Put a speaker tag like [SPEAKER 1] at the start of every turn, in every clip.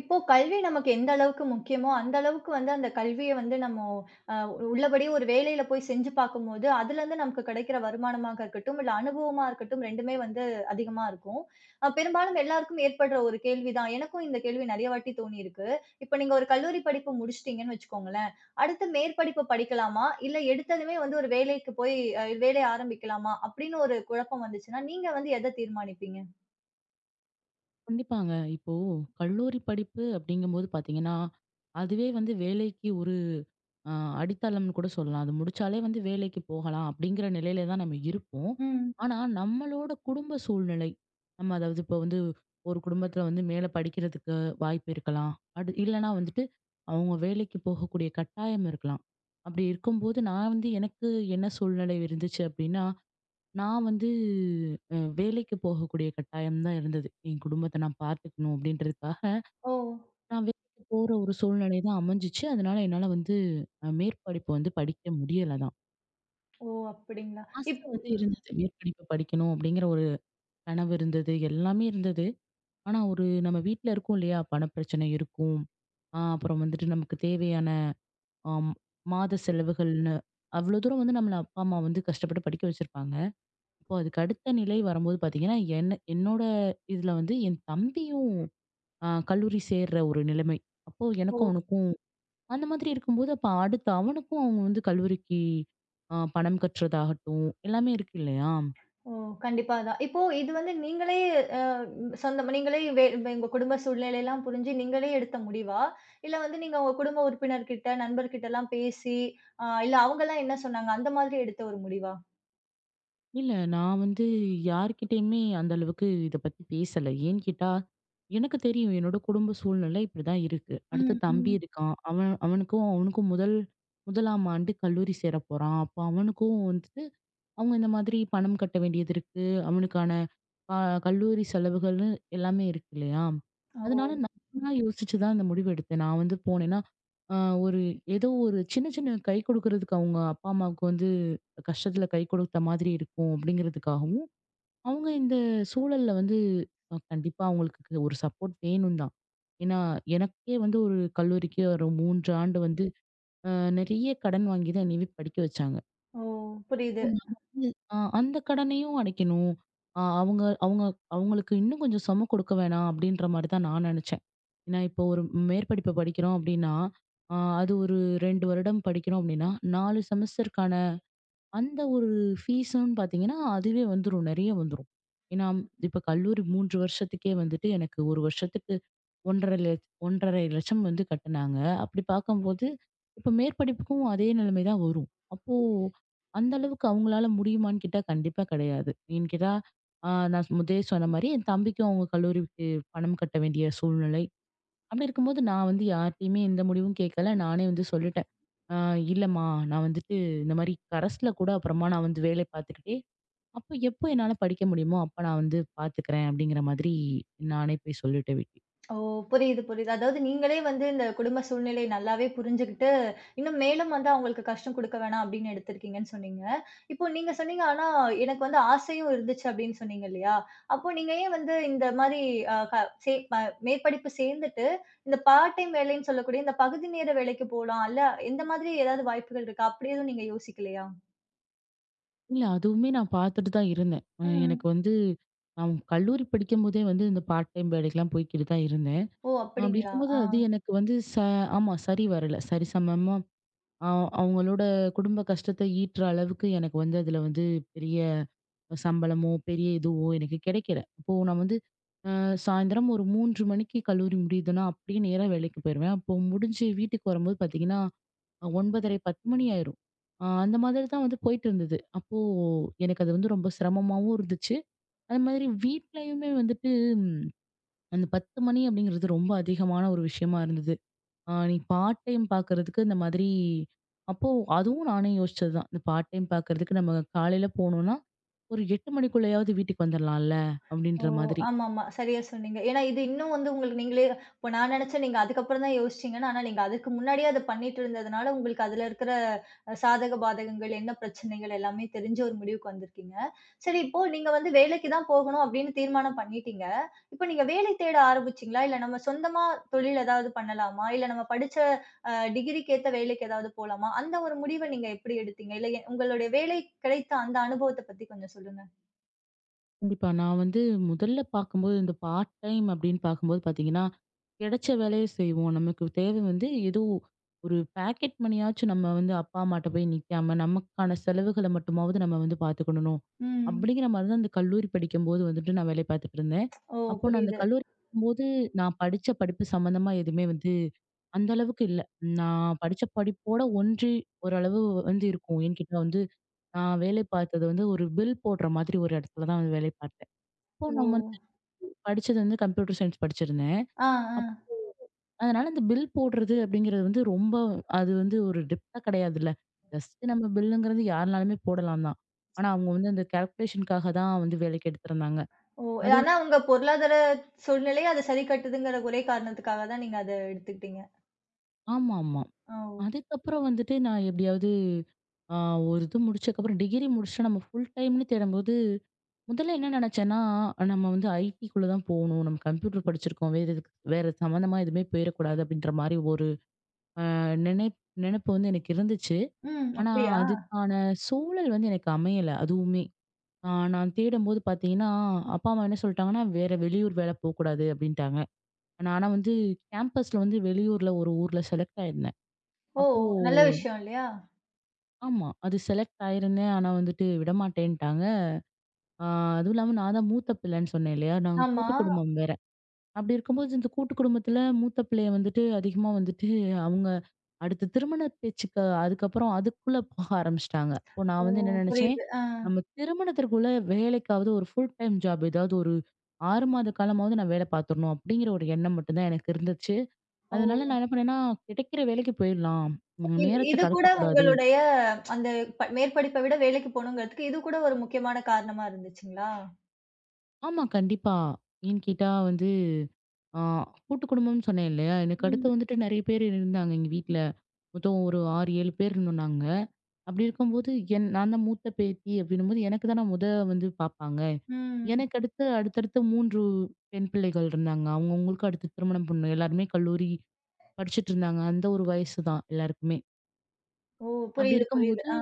[SPEAKER 1] இப்போ கல்வி நமக்கு எந்த அளவுக்கு முக்கியமோ, அந்த அளவுக்கு வந்து அந்த கல்விய வந்து நம்மோ அ உள்ளபடியே ஒரு வேலையில போய் செஞ்சு பார்க்கும்போது, அதுலருந்து நமக்கு கிடைக்கிற வருமானமாக இருக்கட்டும், இல்ல அனுபவமா இருக்கட்டும் 2மே வந்து அதிகமா இருக்கும். பெரும்பாலும் எல்லாருக்கும் ஏற்படுற ஒரு கேள்வி தான். எனக்கும் இந்த கேள்வி நெறைய வாட்டி தோணியிருக்கு. இப்ப நீங்க ஒரு கல்லூரி படிப்பு முடிச்சுட்டீங்கன்னு வச்சுக்கோங்களேன். அடுத்து மேற்படிப்பு படிக்கலாமா? இல்ல எடுத்ததுமே வந்து ஒரு வேலைக்கு போய் வேலை ஆரம்பிக்கலாமா? அப்படின்னு ஒரு குழப்பம் வந்துச்சுன்னா, நீங்க வந்து எத தீர்மானிப்பீங்க?
[SPEAKER 2] கண்டிப்பாங்க. இப்போ கல்லூரி படிப்பு அப்படிங்கும்போது பார்த்தீங்கன்னா, அதுவே வந்து வேலைக்கு ஒரு அ அடித்தளம்னு கூட சொல்லலாம். அது முடிச்சாலே வந்து வேலைக்கு போகலாம் அப்படிங்கிற நிலையில தான் நம்ம இருப்போம்.
[SPEAKER 1] ம்.
[SPEAKER 2] ஆனா, நம்மளோட குடும்ப சூழ்நிலை, நம்ம அதாவது இப்போ வந்து ஒரு குடும்பத்தில வந்து மேல படிக்கிறதுக்கு வாய்ப்பு இருக்கலாம். அது இல்லன்னா வந்துட்டு அவங்க வேலைக்கு போகக்கூடிய கட்டாயம் இருக்கலாம். அப்படி இருக்கும்போது நான் வந்து எனக்கு என்ன சூழ்நிலை இருந்துச்சு அப்படின்னா, நான் வந்து வேலைக்கு போகக்கூடிய கட்டாயம் தான் இருந்தது. என் குடும்பத்த நான் பார்த்துக்கணும் அப்படின்றதுக்காக,
[SPEAKER 1] ஓ!
[SPEAKER 2] நான் வேலைக்கு போற ஒரு சூழ்நிலை தான் அமைஞ்சுச்சு. அதனால என்னால வந்து மேற்படிப்பு வந்து படிக்க முடியல தான்.
[SPEAKER 1] ஓ! அப்படிங்களா? இப்
[SPEAKER 2] ஆசை வந்து இருந்தது. மேற்படிப்பு படிக்கணும் அப்படிங்கிற ஒரு கனவு இருந்தது. எல்லாமே இருந்தது. ஆனா ஒரு நம்ம வீட்ல இருக்கோம் இல்லையா? பணப்பிரச்சனை இருக்கும். அப்புறம் வந்துட்டு நமக்கு தேவையான ஆம் மாத செலவுகள்னு அவ்வளோ தூரம் வந்து நம்மள அப்பா, அம்மா வந்து கஷ்டப்பட்டு படிக்க வச்சிருப்பாங்க. இப்போ அதுக்கு அடுத்த நிலை வரும்போது பாத்தீங்கன்னா, என்னோட இதுல வந்து என் தம்பியும் கல்லூரி சேர்ற ஒரு நிலைமை. அப்போ எனக்கும் அவனுக்கும் அந்த மாதிரி இருக்கும்போது, அப்ப அடுத்து அவனுக்கும் அவங்க வந்து கல்லூரிக்கு பணம் கட்டுறதாகட்டும், எல்லாமே இருக்கு இல்லையா?
[SPEAKER 1] ஓ! கண்டிப்பா அதான். இப்போ இது வந்து நீங்களே அ சொந்தமா நீங்களே வே உங்க குடும்ப சூழ்நிலையெல்லாம் புரிஞ்சு நீங்களே எடுத்த முடிவா? இல்ல வந்து நீங்க உங்க குடும்ப உறுப்பினர்கிட்ட, நண்பர்கிட்டலாம் பேசி, இல்ல அவங்கலாம் என்ன சொன்னாங்க? அந்த மாதிரி எடுத்த ஒரு முடிவா?
[SPEAKER 2] இல்ல நான் வந்து யார்கிட்டயுமே அந்த அளவுக்கு இத பத்தி பேசல. ஏன்னு கேட்டா, எனக்கு தெரியும் என்னோட குடும்ப சூழ்நிலை இப்படிதான் இருக்கு. அடுத்து
[SPEAKER 1] ம்,
[SPEAKER 2] தம்பி
[SPEAKER 1] ம்.
[SPEAKER 2] இருக்கான். அவன் அவனுக்கும் அவனுக்கும் முதலாம் ஆண்டு கல்லூரி சேர போறான். அப்போ அவனுக்கும் வந்துட்டு அவங்க இந்த மாதிரி பணம் கட்ட வேண்டியது இருக்கு. அவனுக்கான அ கல்லூரி செலவுகள்னு எல்லாமே இருக்கு இல்லையா?
[SPEAKER 1] ஓ!
[SPEAKER 2] அதனால நானா யோசிச்சு தான் அந்த முடிவு எடுத்தேன். நான் வந்து போனேன்னா, அ ஒரு ஏதோ ஒரு சின்ன சின்ன கை கொடுக்கிறதுக்கு அவங்க அப்பா, அம்மாவுக்கு வந்து கஷ்டத்துல கை கொடுத்த மாதிரி இருக்கும் அப்படிங்கிறதுக்காகவும், அவங்க இந்த சூழல்ல வந்து கண்டிப்பா அவங்களுக்கு ஒரு சப்போர்ட் வேணும் தான். ஏன்னா, எனக்கே வந்து ஒரு கல்லூரிக்கு ஒரு 3 ஆண்டு வந்து அ நெறைய கடன் வாங்கி தான் என்னையவே படிக்க வச்சாங்க.
[SPEAKER 1] ஓ! புரியுது.
[SPEAKER 2] அந்த கடனையும் அடைக்கணும். அ அவங்க அவங்க அவங்களுக்கு இன்னும் கொஞ்சம் சும கொடுக்க வேணாம் அப்படின்ற மாரி தான் நான் நெனச்சேன். ஏன்னா, இப்போ ஒரு மேற்படிப்பு படிக்கிறோம் அப்படின்னா, அது ஒரு 2 வருடம் படிக்கிறோம் அப்படின்னா, 4 செமஸ்டருக்கான அந்த ஒரு ஃபீஸுன்னு பார்த்தீங்கன்னா, அதுவே வந்துரும். நெறைய வந்துரும். ஏன்னா, இப்ப கல்லூரி 3 வருஷத்துக்கே வந்துட்டு எனக்கு 1 வருஷத்துக்கு 1 1/2 லட்சம் வந்து கட்டுனாங்க. அப்படி பார்க்கும்போது, இப்ப மேற்படிப்புக்கும் அதே நிலைமை தான் வரும். அப்போ அந்த அளவுக்கு அவங்களால முடியுமான்னு கேட்டா கண்டிப்பா கிடையாது. ஏன்னு கேட்டா, நான் முதலே சொன்ன மாரி என் தம்பிக்கும் அவங்க கல்லூரிக்கு பணம் கட்ட வேண்டிய சூழ்நிலை. அப்படி இருக்கும்போது நான் வந்து யார்ட்டயுமே எந்த முடிவும் கேட்கல. நானே வந்து சொல்லிட்டேன். "ஆ இல்லம்மா, நான் வந்துட்டு இந்த மாரி கரஸ்ல கூட அப்புறமா நான் வந்து வேலை பார்த்துக்கிட்டே, அப்போ எப்போ என்னால படிக்க முடியுமோ, அப்ப நான் வந்து பார்த்துக்கிறேன்." அப்படிங்கிற மாதிரி நானே போய் சொல்லிட்டேன் வீட்ல.
[SPEAKER 1] ஓ! புரியுது, புரியுது. அதாவது நீங்களே வந்து இந்த குடும்ப சூழ்நிலை நல்லாவே புரிஞ்சுகிட்டு, இன்னும் மேலும் வந்து அவங்களுக்கு கஷ்டம் குடுக்க வேணாம் அப்படின்னு எடுத்திருக்கீங்கன்னு சொன்னீங்க. இப்போ நீங்க சொன்னீங்க, ஆனா எனக்கு வந்து ஆசையும் இருந்துச்சு அப்படின்னு சொன்னீங்க இல்லையா? அப்போ நீங்க ஏன் வந்து இந்த மாரி அ க சே ப மேற்படிப்பு சேர்ந்துட்டு, இந்த பார்ட் டைம் வேலைன்னு சொல்லக்கூடிய இந்த பகுதி நேர வேலைக்கு போலாம். இல்ல எந்த மாதிரி ஏதாவது வாய்ப்புகள் இருக்கா? அப்படி எதுவும் நீங்க யோசிக்கலையா?
[SPEAKER 2] இல்ல அதுவுமே நான் பார்த்துட்டு தான் இருந்தேன். எனக்கு
[SPEAKER 1] ம்.
[SPEAKER 2] வந்து நான் கல்லூரி படிக்கும்போதே வந்து இந்த பார்ட் டைம் வேலைக்கெல்லாம் போய்க்கிட்டு தான் இருந்தேன்.
[SPEAKER 1] ஓ!
[SPEAKER 2] அப்படி
[SPEAKER 1] அப்படிங்களா?
[SPEAKER 2] இருக்கும்போது
[SPEAKER 1] ஆ.
[SPEAKER 2] அது எனக்கு வந்து ஆமா, சரி வரல. சரிசமமா அ அவங்களோட குடும்ப கஷ்டத்த ஈற்ற அளவுக்கு எனக்கு வந்து அதில வந்து பெரிய சம்பளமோ, பெரிய இதுவோ எனக்கு கிடைக்கல. அப்போ நான் வந்து அ சாயந்தரம் ஒரு 3 மணிக்கு கல்லூரி முடியுதுன்னா, அப்படியே நேரா வேலைக்கு போயிருவேன். அப்போ முடிஞ்சு வீட்டுக்கு வரும்போது பார்த்தீங்கன்னா 9:30, 10 மணி ஆயிரும். அந்த மாதிரி தான் வந்து போயிட்டு இருந்தது. அப்போ எனக்கு அது வந்து ரொம்ப சிரமமாவும் இருந்துச்சு. அது மாதிரி வீட்லயுமே வந்துட்டு ம் அந்த 10 மணி அப்படிங்கிறது ரொம்ப அதிகமான ஒரு விஷயமா இருந்தது. நீ பார்ட் டைம் பார்க்கறதுக்கு இந்த மாதிரி அப்போ அதுவும் நானே யோசிச்சது தான். இந்த பார்ட் டைம் பார்க்கறதுக்கு நம்ம காலையில போனோம்னா, ஒரு 8 மணிக்குள்ளயாவது வீட்டுக்கு வந்துரலாம்ல
[SPEAKER 1] ஓ!
[SPEAKER 2] அப்படின்ற மாதிரி.
[SPEAKER 1] ஆமாமா. சரியா சொன்னீங்க. ஏன்னா இது இன்னும் வந்து உங்களுக்கு நீங்களே இப்போ நான் நெனச்சேன் நீங்க அதுக்கப்புறம் தான் யோசிச்சீங்கன்னு. ஆனா நீங்க அதுக்கு முன்னாடியே அத பண்ணிட்டு இருந்ததுனால, உங்களுக்கு அதுல இருக்கிற சாதக பாதகங்கள், என்ன பிரச்சனைகள் எல்லாமே தெரிஞ்சு ஒரு முடிவுக்கு வந்திருக்கீங்க. சரி இப்போ நீங்க வந்து வேலைக்கு தான் போகணும் அப்படின்னு தீர்மானம் பண்ணிட்டீங்க. இப்போ நீங்க வேலை தேட ஆரம்பிச்சீங்களா? இல்ல நம்ம சொந்தமா தொழில் ஏதாவது பண்ணலாமா? இல்ல நம்ம படிச்ச டிகிரிக்கு ஏத்த வேலைக்கு ஏதாவது போலாமா? அந்த ஒரு முடிவ நீங்க எப்படி எடுத்தீங்க? இல்ல உங்களுடைய வேலை கிடைத்த அந்த அனுபவத்த பத்தி கொஞ்சம் சொல்லுங்க.
[SPEAKER 2] கண்டிப்பா. நான் வந்து முதல்ல பார்க்கும்போது, இந்த பார்ட் டைம் அப்படின்னு பார்க்கும்போது பார்த்தீங்கன்னா, கிடைச்ச வேலைய செய்வோம். நமக்கு தேவை வந்து ஏதோ ஒரு பாக்கெட் மணியாச்சும் நம்ம வந்து அப்பா, அம்மாட்ட போய் நிக்காம, நமக்கான செலவுகள மட்டுமாவது நம்ம வந்து பார்த்துக்கிடணும்.
[SPEAKER 1] ம்.
[SPEAKER 2] அப்படிங்கிற மாரி தான் அந்த கல்லூரி படிக்கும்போது வந்துட்டு நான் வேலை பார்த்துட்டு இருந்தேன்.
[SPEAKER 1] ஓ!
[SPEAKER 2] அப்போ நான் அந்த
[SPEAKER 1] புரியுது.
[SPEAKER 2] கல்லூரி போது நான் படிச்ச படிப்பு சம்மந்தமா எதுவுமே வந்து அந்த அளவுக்கு இல்ல. நான் படிச்ச படிப்போட ஒன்றி ஓரளவு வந்து இருக்கும். என்கிட்ட வந்து நான் வேலை பார்த்தது வந்து ஒரு பில் போடுற மாதிரி ஒரு இடத்துல தான் வந்து வேலை பார்த்தேன். அப்போ
[SPEAKER 1] ஓ!
[SPEAKER 2] நம்ம வந்து படிச்சது வந்து கம்ப்யூட்டர் சயின்ஸ் படிச்சிருந்தேன்.
[SPEAKER 1] ஆ, ஆ.
[SPEAKER 2] அப் அதனால இந்த பில் போடுறது அப்படிங்கிறது வந்து ரொம்ப அது வந்து ஒரு டிப்ட்டா கிடையாதுல்ல. ஜஸ்ட் நம்ம பில்லுங்கிறது யாருனாலுமே போடலாம் தான். ஆனா அவங்க வந்து அந்த கால்குலேஷனுக்காக தான் வந்து வேலைக்கு எடுத்திருந்தாங்க.
[SPEAKER 1] ஓ!
[SPEAKER 2] அதுவும்
[SPEAKER 1] ஆனா உங்க பொருளாதார சூழ்நிலை அத சரி கட்டுதுங்கிற ஒரே காரணத்துக்காக தான் நீங்க அத எடுத்துக்கிட்டீங்க.
[SPEAKER 2] ஆமாமா.
[SPEAKER 1] ஓ!
[SPEAKER 2] அதுக்கப்புறம் வந்துட்டு நான் எப்படியாவது ஆ ஒரு இது முடிச்சதுக்கப்புறம் டிகிரி முடிச்சுட்டு நம்ம ஃபுல் டைம்ன்னு தேடும்போது, முதல்ல என்ன நினைச்சேன்னா, நம்ம வந்து ஐடிக்குள்ள தான் போணும். நம்ம கம்ப்யூட்டர் படிச்சிருக்கோம். வேற எதுக்கு வேற சம்மந்தமா எதுவுமே போயிறக்கூடாது அப்படின்ற மாரி ஒரு அ நினை நினைப்பு வந்து எனக்கு இருந்துச்சு.
[SPEAKER 1] ம்.
[SPEAKER 2] ஆனா,
[SPEAKER 1] அப்படியா?
[SPEAKER 2] அதுக்கான சூழல் வந்து எனக்கு அமையல அதுவுமே. நான் தேடும்போது பார்த்தீங்கன்னா, அப்பா, அம்மா என்ன சொல்ட்டாங்கன்னா, "வேற வெளியூர் வேல போக்கூடாது" அப்படின்ட்டாங்க. நான் ஆனா வந்து கேம்பஸ்ல வந்து வெளியூர்ல ஒரு ஊர்ல செலக்ட் ஆயிருந்தேன்.
[SPEAKER 1] ஓ!
[SPEAKER 2] அப்போ
[SPEAKER 1] நல்ல விஷயம் இல்லையா?
[SPEAKER 2] ஆமா. அது செலக்ட் ஆயிருந்தேன். ஆனா வந்துட்டு விடமாட்டேன்ட்டாங்க. அ அதுவும் இல்லாம நான் தான் மூத்த பிள்ளைன்னு சொன்னேன் இல்லையா? நாங்க
[SPEAKER 1] ஆமா.
[SPEAKER 2] கூட்டு குடும்பம் வேற. அப்படி இருக்கும்போது இந்த கூட்டு குடும்பத்தில மூத்த பிள்ளைய வந்துட்டு அதிகமா வந்துட்டு அவங்க அடுத்து திருமண பேச்சுக்கு அதுக்கப்புறம் அதுக்குள்ள போக ஆரம்பிச்சுட்டாங்க. அப்போ
[SPEAKER 1] ஓ!
[SPEAKER 2] நான் வந்து என்ன நினைச்சேன்,
[SPEAKER 1] புரியுது. ஆ.
[SPEAKER 2] நம்ம திருமணத்திற்குள்ள வேலைக்காவது ஒரு ஃபுல் டைம் ஜாப் ஏதாவது ஒரு 6 மாத காலமாவது நான் வேலை பார்த்துரணும் அப்படிங்கிற ஒரு எண்ணம் மட்டும் தான் எனக்கு இருந்துச்சு.
[SPEAKER 1] ஓ!
[SPEAKER 2] அதனால நான் என்ன பண்ணேன்னா, கிடைக்கிற வேலைக்கு போயிடலாம்.
[SPEAKER 1] இ
[SPEAKER 2] நேரத்த
[SPEAKER 1] இது கூட
[SPEAKER 2] கடத்தக்கூடாது.
[SPEAKER 1] உங்களுடைய அந்த மேற்படிப்ப விட வேலைக்கு போணுங்கிறதுக்கு இது கூட ஒரு முக்கியமான காரணமா இருந்துச்சுங்களா?
[SPEAKER 2] ஆமா, கண்டிப்பா. ஏன்னு கேட்டா வந்து, ஆ கூட்டு குடும்பம்னு சொன்னேன் இல்லையா? எனக்கு
[SPEAKER 1] ம்,
[SPEAKER 2] அடுத்து வந்துட்டு நெறைய பேர் இருந்தாங்க எங்க வீட்ல. மொத்தம் ஒரு 6, 7 பேர் இருந்தோம் நாங்க. அப்படி இருக்கும்போது, நான் தான் மூத்த பேத்தி அப்படின்னும்போது, எனக்கு தான முத வந்து பாப்பாங்க.
[SPEAKER 1] ம்.
[SPEAKER 2] எனக்கு அடுத்து அடுத்தடுத்து 3 பெண் பிள்ளைகள் இருந்தாங்க. அவங்கவங்களுக்கு அடுத்து திருமணம் பண்ணோம். எல்லாருமே கல்லூரி படிச்சுட்டு இருந்தாங்க. அந்த ஒரு வயசு தான் எல்லாருக்குமே.
[SPEAKER 1] ஓ!
[SPEAKER 2] அப்படி
[SPEAKER 1] புரியுது, புரியுது.
[SPEAKER 2] இருக்கும்போது
[SPEAKER 1] ஆ.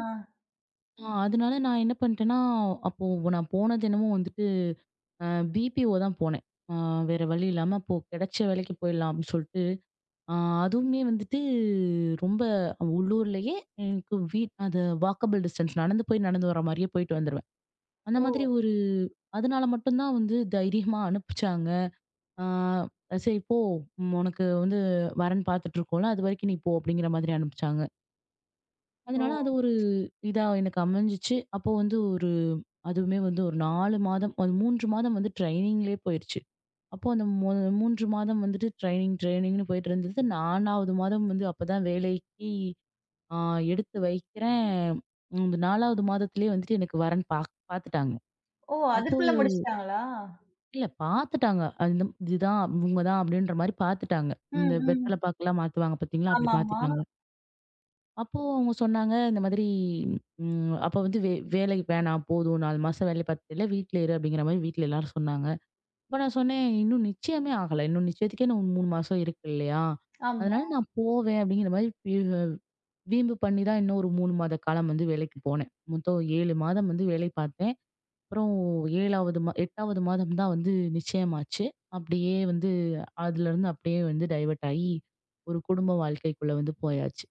[SPEAKER 2] அதனால நான் என்ன பண்ணிட்டேன்னா, அப்போ நான் போனது என்னமோ வந்துட்டு அ பிபிஓ தான் போனேன். அ வேற வழி இல்லாம அப்போ கிடைச்ச வேலைக்கு போயிடலாம் அப்படின்னு சொல்லிட்டு ஆ அதுவுமே வந்துட்டு ரொம்ப உள்ளூர்லயே எனக்கு வீ அது வாக்கபிள் டிஸ்டன்ஸ் நடந்து போய் நடந்து வர மாரியே போயிட்டு வந்துருவேன். அந்த
[SPEAKER 1] ஓ!
[SPEAKER 2] மாதிரி ஒரு அதனால மட்டும் தான் வந்து தைரியமா அனுப்பிச்சாங்க. ஆ "சரி போ, ம், உனக்கு வந்து வரன் பார்த்துட்டு இருக்கோம்ல, அது வரைக்கும் நீ போ" அப்படிங்கிற மாதிரி அனுப்பிச்சாங்க.
[SPEAKER 1] ஓ!
[SPEAKER 2] அதனால அது ஒரு இதா எனக்கு அமைஞ்சுச்சு. அப்போ வந்து ஒரு அதுவுமே வந்து ஒரு 4 மாதம், அது 3 மாதம் வந்து ட்ரெய்னிங்லயே போயிருச்சு. அப்போ அந்த மு 3 மாதம் வந்துட்டு ட்ரெய்னிங், ட்ரெய்னிங்ன்னு போயிட்டு இருந்தது. 4வது மாதம் வந்து அப்பதான் வேலைக்கு ஆ எடுத்து வைக்கிறேன். இந்த 4வது மாதத்திலேயே வந்துட்டு எனக்கு வரன் பாத்துட்டாங்க.
[SPEAKER 1] ஓ!
[SPEAKER 2] அப்போ
[SPEAKER 1] அதற்குள்ள முடிச்சுட்டாங்களா?
[SPEAKER 2] இல்ல பாத்துட்டாங்க. அந்த இதுதான் இவங்க தான் அப்படின்ற மாரி பாத்துட்டாங்க.
[SPEAKER 1] ம்,
[SPEAKER 2] இந்த வெத்தல
[SPEAKER 1] ம்.
[SPEAKER 2] பாக்குலாம் மாத்துவாங்க பாத்தீங்களா? அப்படி
[SPEAKER 1] ஆமாமா.
[SPEAKER 2] மாத்திட்டாங்க. அப்போ அவங்க சொன்னாங்க இந்த மாதிரி அப்ப வந்து வேலைக்கு வேணாம் போதும் 4 மாசம் வேலை பாத்துட்டல்ல வீட்ல இரு" அப்படிங்கிற மாரி வீட்ல எல்லாரும் சொன்னாங்க. அப்ப நான் சொன்னேன், "இன்னும் நிச்சயமே ஆகல. இன்னும் நிச்சயத்துக்கே இன்னும் 3 மாசம் இருக்கு இல்லையா?
[SPEAKER 1] ஆமா.
[SPEAKER 2] அதனால நான் போவேன்." அப்படிங்கிற மாரி வீம்பு பண்ணி தான் இன்னும் ஒரு 3 மாத காலம் வந்து வேலைக்கு போனேன். மொத்தம் 7 மாதம் வந்து வேலை பார்த்தேன். அப்புறம் 7வது மா 8வது மாதம் தான் வந்து நிச்சயமாச்சு. அப்படியே வந்து அதுலருந்து அப்படியே வந்து டைவர்ட் ஆயி ஒரு குடும்ப வாழ்க்கைக்குள்ள வந்து போயாச்சு.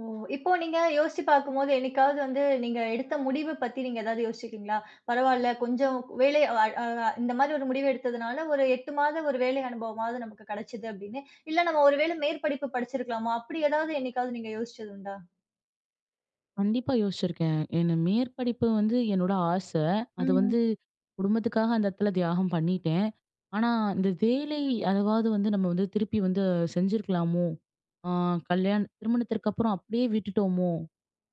[SPEAKER 1] ஓ! இப்போ நீங்க யோசிச்சு பார்க்கும்போது, என்னைக்காவது வந்து நீங்க எடுத்த முடிவு பத்தி நீங்க ஏதாவது யோசிச்சிருக்கீங்களா? பரவால்ல கொஞ்சம் வேலை அ அ இந்த மாரி ஒரு முடிவு எடுத்ததுனால, ஒரு 8 மாத ஒரு வேலை அனுபவமாவது நமக்கு கிடைச்சது அப்படின்னு. இல்ல நம்ம ஒரு வேளை மேற்படிப்பு படிச்சிருக்கலாமா? அப்படி ஏதாவது என்னைக்காவது நீங்க யோசிச்சது உண்டா?
[SPEAKER 2] கண்டிப்பா யோசிச்சிருக்கேன். என்ன மேற்படிப்பு வந்து என்னோட ஆசை. அது
[SPEAKER 1] ம்.
[SPEAKER 2] வந்து குடும்பத்துக்காக அந்த இடத்துல தியாகம் பண்ணிட்டேன். ஆனா, இந்த வேலை அதாவது வந்து நம்ம வந்து திருப்பி வந்து செஞ்சிருக்கலாமோ? ஆ கல்யாண திருமணத்திற்கு அப்புறம் அப்படியே விட்டுட்டோமோ?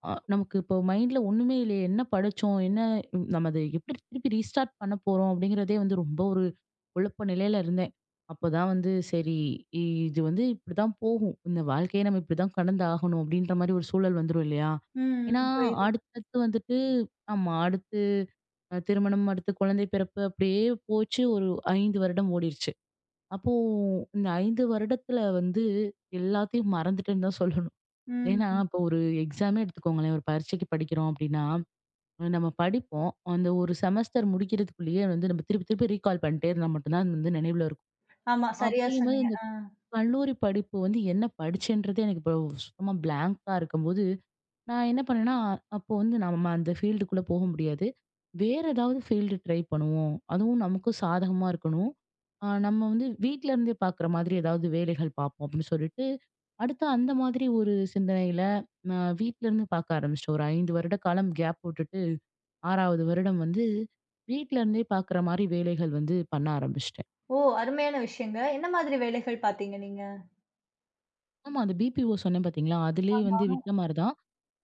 [SPEAKER 2] நமக்கு இப்போ மைண்ட்ல ஒண்ணுமே இல்லையே. என்ன படிச்சோம்? என்ன உம், நம்ம அத எப்படி திருப்பி ரீஸ்டார்ட் பண்ண போறோம்? அப்படிங்கிறதே வந்து ரொம்ப ஒரு குழப்ப நிலையில இருந்தேன். அப்பதான் வந்து சரி இ- இது வந்து இப்படிதான் போகும். இந்த வாழ்க்கைய நம்ம இப்படிதான் கடந்து ஆகணும் அப்படின்ற மாரி ஒரு சூழல் வந்துரும் இல்லையா?
[SPEAKER 1] ம்.
[SPEAKER 2] ஏன்னா,
[SPEAKER 1] ம். புரியுது.
[SPEAKER 2] அடுத்தடுத்து வந்துட்டு ஆமா. அடுத்து திருமணம், அடுத்து குழந்தை பிறப்பு அப்படியே போச்சு. ஒரு 5 வருடம் ஓடிருச்சு. அப்போ இந்த 5 வருடத்துல வந்து எல்லாத்தையும் மறந்துட்டேன்னு தான் சொல்லணும். ஏன்னா,
[SPEAKER 1] ம்.
[SPEAKER 2] இப்போ ஒரு எக்ஸாமே எடுத்துக்கோங்களேன். ஒரு பரீட்சைக்கு படிக்கிறோம் அப்படின்னா, நம்ம படிப்போம். அந்த ஒரு செமஸ்டர் முடிக்கிறதுக்குள்ளேயே வந்து நம்ம திருப்பி திருப்பி ரீகால் பண்ணிட்டே இருந்தா மட்டும் தான் அது வந்து நினைவுல இருக்கும்.
[SPEAKER 1] ஆமா. சரியா
[SPEAKER 2] அப்படிங்கும்போது
[SPEAKER 1] சொன்னீங்க.
[SPEAKER 2] இந்த
[SPEAKER 1] ஆ.
[SPEAKER 2] கல்லூரி படிப்பு வந்து என்ன படிச்சேன்றதே எனக்கு இப்போ சுத்தமா பிளாங்க்கா இருக்கும்போது நான் என்ன பண்ணேன்னா, அப்போ வந்து நம்ம அந்த ஃபீல்டுக்குள்ள போக முடியாது. வேற ஏதாவது ஃபீல்டு ட்ரை பண்ணுவோம். அதுவும் நமக்கும் சாதகமா இருக்கணும். நம்ம வந்து வீட்ல இருந்தே பார்க்குற மாதிரி ஏதாவது வேலைகள் பார்ப்போம் அப்படின்னு சொல்லிட்டு, அடுத்து அந்த மாதிரி ஒரு சிந்தனையில நான் வீட்ல இருந்து பார்க்க ஆரம்பிச்சுட்டேன். ஒரு 5 வருட காலம் கேப் விட்டுட்டு 6வது வருடம் வந்து வீட்ல இருந்தே பார்க்குற மாரி வேலைகள் வந்து பண்ண ஆரம்பிச்சுட்டேன்.
[SPEAKER 1] ஓ! அருமையான விஷயங்க. என்ன மாதிரி வேலைகள் பார்த்தீங்க நீங்க?
[SPEAKER 2] ஆமா அந்த பிபிஓ சொன்னேன் பார்த்தீங்களா? அதிலேயே வந்து
[SPEAKER 1] ஆமா.
[SPEAKER 2] விட்ட மாரி தான்.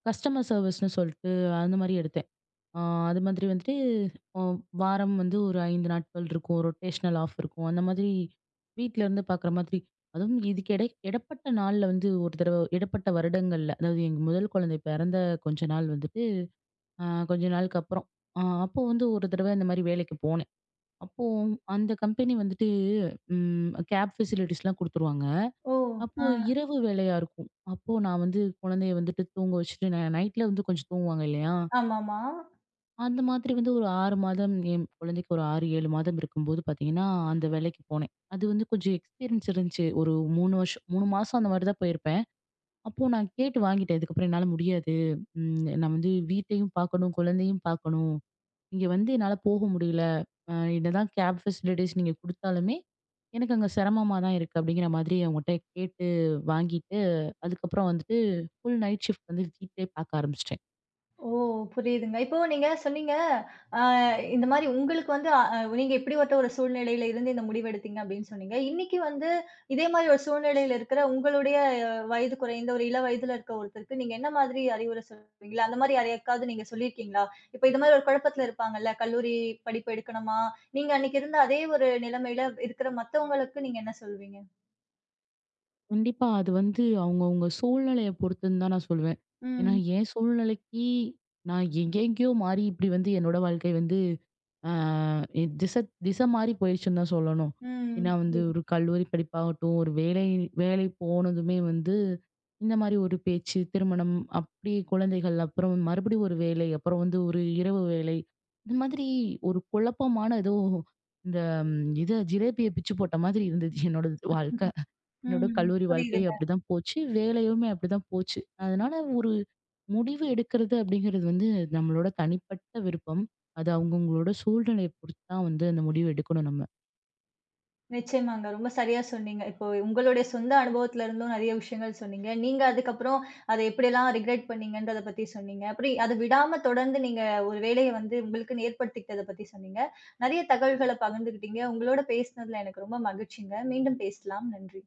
[SPEAKER 2] கஸ்டமர் சர்வீஸ்ன்னு சொல்லிட்டு அந்த மாரி எடுத்தேன். ஆ அது மாதிரி வந்துட்டு அ வாரம் வந்து ஒரு 5 நாட்கள் இருக்கும். ரொட்டேஷனல் ஆஃப் இருக்கும். அந்த மாதிரி வீட்ல இருந்து பார்க்குற மாதிரி. அதுவும் இதுக்கு எடை இடைப்பட்ட நாள்ல வந்து ஒரு தடவ இடைப்பட்ட வருடங்கள்ல, அதாவது எங்க முதல் குழந்தை பிறந்த கொஞ்ச நாள் வந்துட்டு, அ கொஞ்ச நாளுக்கு அப்புறம். அப்போ வந்து ஒரு தடவ இந்த மாரி வேலைக்கு போனேன். அப்போ அந்த கம்பெனி வந்துட்டு கேப் ஃபெசிலிட்டீஸ்லாம் குடுத்துருவாங்க.
[SPEAKER 1] ஓ!
[SPEAKER 2] அப்போ
[SPEAKER 1] ஆ.
[SPEAKER 2] இரவு வேலையா இருக்கும். அப்போ நான் வந்து குழந்தைய வந்துட்டு தூங்க வச்சுட்டு நைட்ல வந்து கொஞ்சம் தூங்குவாங்க இல்லையா?
[SPEAKER 1] ஆமாமா.
[SPEAKER 2] அந்த மாதிரி வந்து ஒரு 6 மாதம் என் குழந்தைக்கு ஒரு 6, 7 மாதம் இருக்கும்போது பார்த்தீங்கன்னா, அந்த வேலைக்கு போனேன். அது வந்து கொஞ்சம் எக்ஸ்பீரியன்ஸ் இருந்துச்சு. ஒரு 3 வருஷம் 3 மாசம் அந்த மாரி தான் போயிருப்பேன். அப்போ நான் கேட்டு வாங்கிட்டேன். இதுக்கப்புறம் என்னால முடியாது. நான் வந்து வீட்டையும் பார்க்கணும், குழந்தையும் பார்க்கணும். இங்க வந்து என்னால போக முடியல. அ என்னதான் கேப் ஃபெசிலிட்டீஸ் நீங்க குடுத்தாலுமே, எனக்கு அங்க சிரமமா தான் இருக்கு. அப்படிங்கிற மாதிரி அவங்ககிட்ட கேட்டு வாங்கிட்டு, அதுக்கப்புறம் வந்துட்டு ஃபுல் நைட் ஷிஃப்ட் வந்து வீட்லயே பார்க்க ஆரம்பிச்சுட்டேன்.
[SPEAKER 1] ஓ! புரியுதுங்க. இப்போ நீங்க சொன்னீங்க, அ இந்த மாரி உங்களுக்கு வந்து நீங்க இப்படிப்பட்ட ஒரு சூழ்நிலையில இருந்து இந்த முடிவு எடுத்தீங்க அப்படின்னு சொன்னீங்க. இன்னைக்கு வந்து இதே மாரி ஒரு சூழ்நிலையில இருக்கிற உங்களுடைய வயது குறைந்த ஒரு இள வயதுல இருக்க ஒருத்தருக்கு நீங்க என்ன மாதிரி அறிவுரை சொல்வீங்களா? அந்த மாரி யாரையாவது நீங்க சொல்லியிருக்கீங்களா? இப்ப இது மாரி ஒரு குழப்பத்துல இருப்பாங்கல்ல, கல்லூரி படிப்பு எடுக்கணுமா? நீங்க அன்னைக்கு இருந்த அதே ஒரு நிலைமையில இருக்கிற மத்தவங்களுக்கு நீங்க என்ன சொல்வீங்க?
[SPEAKER 2] கண்டிப்பா. அது வந்து அவங்கவங்க சூழ்நிலைய பொறுத்துன்னு தான் நான் சொல்வேன். ஏன்னா,
[SPEAKER 1] ம்.
[SPEAKER 2] என் சூழ்நிலைக்கு நான் எங்கெங்கேயோ மாறி இப்படி வந்து என்னோட வாழ்க்கை வந்து அ திச திசை திசை மாறி போயிருச்சுன்னு தான் சொல்லணும்.
[SPEAKER 1] ம்.
[SPEAKER 2] ஏன்னா வந்து
[SPEAKER 1] புரியுது.
[SPEAKER 2] ஒரு கல்லூரி படிப்பாகட்டும், ஒரு வேலை வேலை போனதுமே வந்து இந்த மாரி ஒரு பேச்சு, திருமணம், அப்படி குழந்தைகள், அப்புறம் மறுபடியும் ஒரு வேலை, அப்புறம் வந்து ஒரு இரவு வேலை. இந்த மாதிரி ஒரு குழப்பமான ஏதோ இந்த இத ஜிலேபிய பிச்சு போட்ட மாதிரி இருந்தது என்னோட வாழ்க்க. என்னோட
[SPEAKER 1] ம்.
[SPEAKER 2] கல்லூரி வாழ்க்கை
[SPEAKER 1] புரியுது.
[SPEAKER 2] அப்படிதான் போச்சு. வேலையுமே அப்படிதான் போச்சு. அதனால ஒரு முடிவு எடுக்கிறது அப்படிங்கிறது வந்து நம்மளோட தனிப்பட்ட விருப்பம். அது அவங்கவங்களோட சூழ்நிலைய பொறுத்து தான் வந்து அந்த முடிவு எடுக்கணும் நம்ம.
[SPEAKER 1] நிச்சயமாங்க. ரொம்ப சரியா சொன்னீங்க. இப்போ உங்களுடைய சொந்த அனுபவத்துல இருந்தும் நெறைய விஷயங்கள் சொன்னீங்க. நீங்க அதுக்கப்புறம் அத எப்படியெல்லாம் ரிக்ரெட் பண்ணீங்கன்றத பத்தி சொன்னீங்க. அப்படி அத விடாம தொடர்ந்து நீங்க ஒரு வேலைய வந்து உங்களுக்குன்னு ஏற்படுத்திக்கிட்டத பத்தி சொன்னீங்க. நெறைய தகவல்கள பகிர்ந்துக்கிட்டீங்க. உங்களோட பேசினதுல எனக்கு ரொம்ப மகிழ்ச்சிங்க. மீண்டும் பேசலாம். நன்றி.